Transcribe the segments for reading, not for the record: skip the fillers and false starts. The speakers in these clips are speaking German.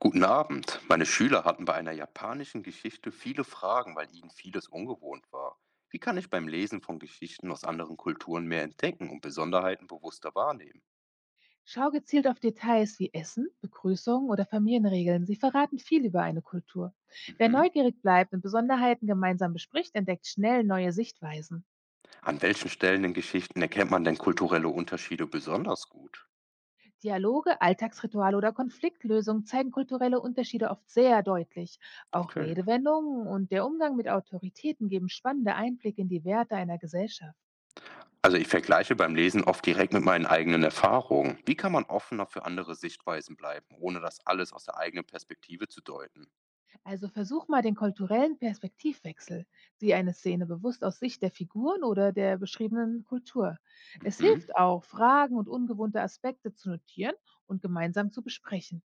Guten Abend. Meine Schüler hatten bei einer japanischen Geschichte viele Fragen, weil ihnen vieles ungewohnt war. Wie kann ich beim Lesen von Geschichten aus anderen Kulturen mehr entdecken und Besonderheiten bewusster wahrnehmen? Schau gezielt auf Details wie Essen, Begrüßungen oder Familienregeln. Sie verraten viel über eine Kultur. Wer Mhm. neugierig bleibt und Besonderheiten gemeinsam bespricht, entdeckt schnell neue Sichtweisen. An welchen Stellen in Geschichten erkennt man denn kulturelle Unterschiede besonders gut? Dialoge, Alltagsrituale oder Konfliktlösungen zeigen kulturelle Unterschiede oft sehr deutlich. Auch Okay. Redewendungen und der Umgang mit Autoritäten geben spannende Einblicke in die Werte einer Gesellschaft. Also ich vergleiche beim Lesen oft direkt mit meinen eigenen Erfahrungen. Wie kann man offener für andere Sichtweisen bleiben, ohne das alles aus der eigenen Perspektive zu deuten? Also versuch mal den kulturellen Perspektivwechsel. Sieh eine Szene bewusst aus Sicht der Figuren oder der beschriebenen Kultur. Es Mhm. hilft auch, Fragen und ungewohnte Aspekte zu notieren und gemeinsam zu besprechen.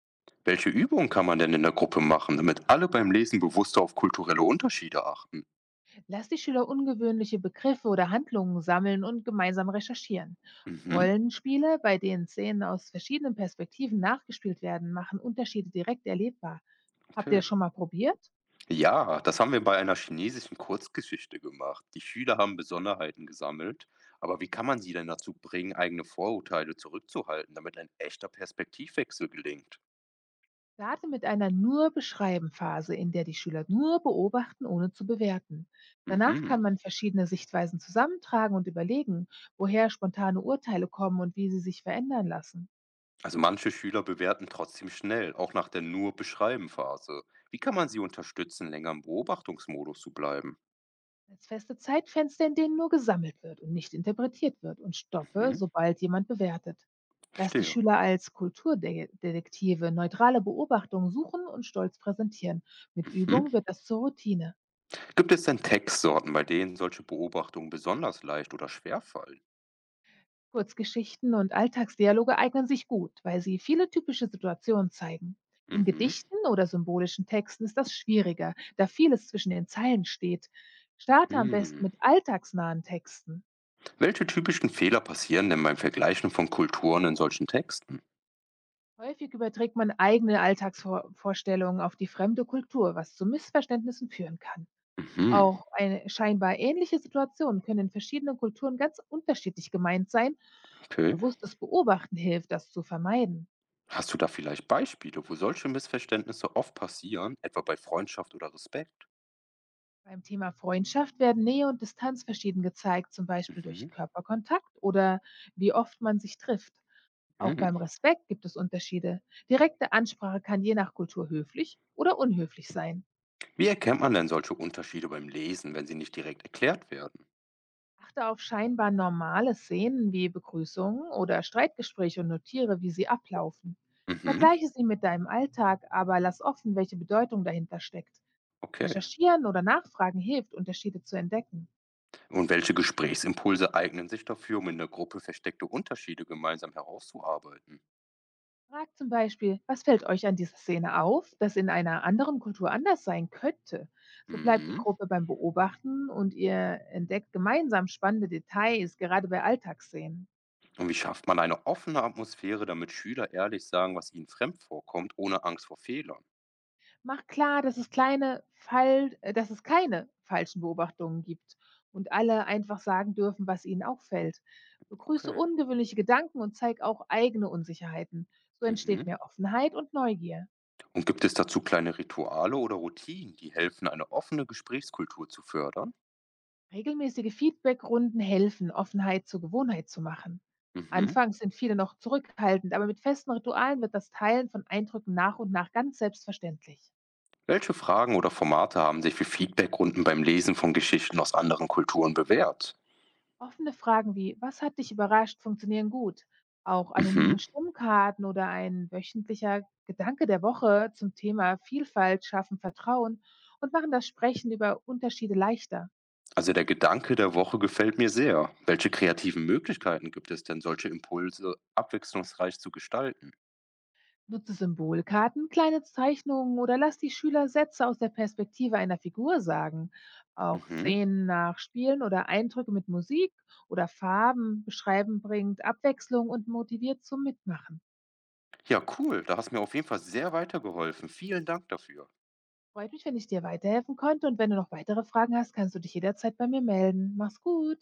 Welche Übungen kann man denn in der Gruppe machen, damit alle beim Lesen bewusster auf kulturelle Unterschiede achten? Lass die Schüler ungewöhnliche Begriffe oder Handlungen sammeln und gemeinsam recherchieren. Mhm, Rollenspiele, bei denen Szenen aus verschiedenen Perspektiven nachgespielt werden, machen Unterschiede direkt erlebbar. Habt ihr okay. das schon mal probiert? Ja, das haben wir bei einer chinesischen Kurzgeschichte gemacht. Die Schüler haben Besonderheiten gesammelt, aber wie kann man sie denn dazu bringen, eigene Vorurteile zurückzuhalten, damit ein echter Perspektivwechsel gelingt? Starte mit einer nur beschreiben Phase, in der die Schüler nur beobachten, ohne zu bewerten. Danach kann Mhm. man verschiedene Sichtweisen zusammentragen und überlegen, woher spontane Urteile kommen und wie sie sich verändern lassen. Also manche Schüler bewerten trotzdem schnell, auch nach der nur beschreiben Phase. Wie kann man sie unterstützen, länger im Beobachtungsmodus zu bleiben? Als feste Zeitfenster, in denen nur gesammelt wird und nicht interpretiert wird und stoppe, Mhm. sobald jemand bewertet. Lass die Verstehe. Schüler als Kulturdetektive neutrale Beobachtungen suchen und stolz präsentieren. Mit Übung wird das zur Routine. Gibt es denn Textsorten, bei denen solche Beobachtungen besonders leicht oder schwer fallen? Kurzgeschichten und Alltagsdialoge eignen sich gut, weil sie viele typische Situationen zeigen. In Mhm. Gedichten oder symbolischen Texten ist das schwieriger, da vieles zwischen den Zeilen steht. Starte am besten Hm. mit alltagsnahen Texten. Welche typischen Fehler passieren denn beim Vergleichen von Kulturen in solchen Texten? Häufig überträgt man eigene Alltagsvorstellungen auf die fremde Kultur, was zu Missverständnissen führen kann. Mhm. Auch eine scheinbar ähnliche Situation können in verschiedenen Kulturen ganz unterschiedlich gemeint sein. Okay. Bewusstes Beobachten hilft, das zu vermeiden. Hast du da vielleicht Beispiele, wo solche Missverständnisse oft passieren, etwa bei Freundschaft oder Respekt? Beim Thema Freundschaft werden Nähe und Distanz verschieden gezeigt, zum Beispiel durch Mhm. Körperkontakt oder wie oft man sich trifft. Auch Hm. beim Respekt gibt es Unterschiede. Direkte Ansprache kann je nach Kultur höflich oder unhöflich sein. Wie erkennt man denn solche Unterschiede beim Lesen, wenn sie nicht direkt erklärt werden? Achte auf scheinbar normale Szenen wie Begrüßungen oder Streitgespräche und notiere, wie sie ablaufen. Mhm. Vergleiche sie mit deinem Alltag, aber lass offen, welche Bedeutung dahinter steckt. Okay. Recherchieren oder Nachfragen hilft, Unterschiede zu entdecken. Und welche Gesprächsimpulse eignen sich dafür, um in der Gruppe versteckte Unterschiede gemeinsam herauszuarbeiten? Fragt zum Beispiel, was fällt euch an dieser Szene auf, das in einer anderen Kultur anders sein könnte? So bleibt die Mhm. Gruppe beim Beobachten und ihr entdeckt gemeinsam spannende Details, gerade bei Alltagsszenen. Und wie schafft man eine offene Atmosphäre, damit Schüler ehrlich sagen, was ihnen fremd vorkommt, ohne Angst vor Fehlern? Macht klar, dass es, kleine Fall, dass es keine falschen Beobachtungen gibt und alle einfach sagen dürfen, was ihnen auffällt. Begrüße Okay. ungewöhnliche Gedanken und zeig auch eigene Unsicherheiten. So entsteht Mhm. mehr Offenheit und Neugier. Und gibt es dazu kleine Rituale oder Routinen, die helfen, eine offene Gesprächskultur zu fördern? Regelmäßige Feedbackrunden helfen, Offenheit zur Gewohnheit zu machen. Mhm. Anfangs sind viele noch zurückhaltend, aber mit festen Ritualen wird das Teilen von Eindrücken nach und nach ganz selbstverständlich. Welche Fragen oder Formate haben sich für Feedbackrunden beim Lesen von Geschichten aus anderen Kulturen bewährt? Offene Fragen wie Was hat dich überrascht funktionieren gut. Auch anonyme Mhm. Stimmkarten oder ein wöchentlicher Gedanke der Woche zum Thema Vielfalt schaffen Vertrauen und machen das Sprechen über Unterschiede leichter. Also der Gedanke der Woche gefällt mir sehr. Welche kreativen Möglichkeiten gibt es denn, solche Impulse abwechslungsreich zu gestalten? Nutze Symbolkarten, kleine Zeichnungen oder lass die Schüler Sätze aus der Perspektive einer Figur sagen. Auch Mhm. Szenen nachspielen oder Eindrücke mit Musik oder Farben beschreiben bringt Abwechslung und motiviert zum Mitmachen. Ja, cool. Da hast du mir auf jeden Fall sehr weitergeholfen. Vielen Dank dafür. Freut mich, wenn ich dir weiterhelfen konnte und wenn du noch weitere Fragen hast, kannst du dich jederzeit bei mir melden. Mach's gut!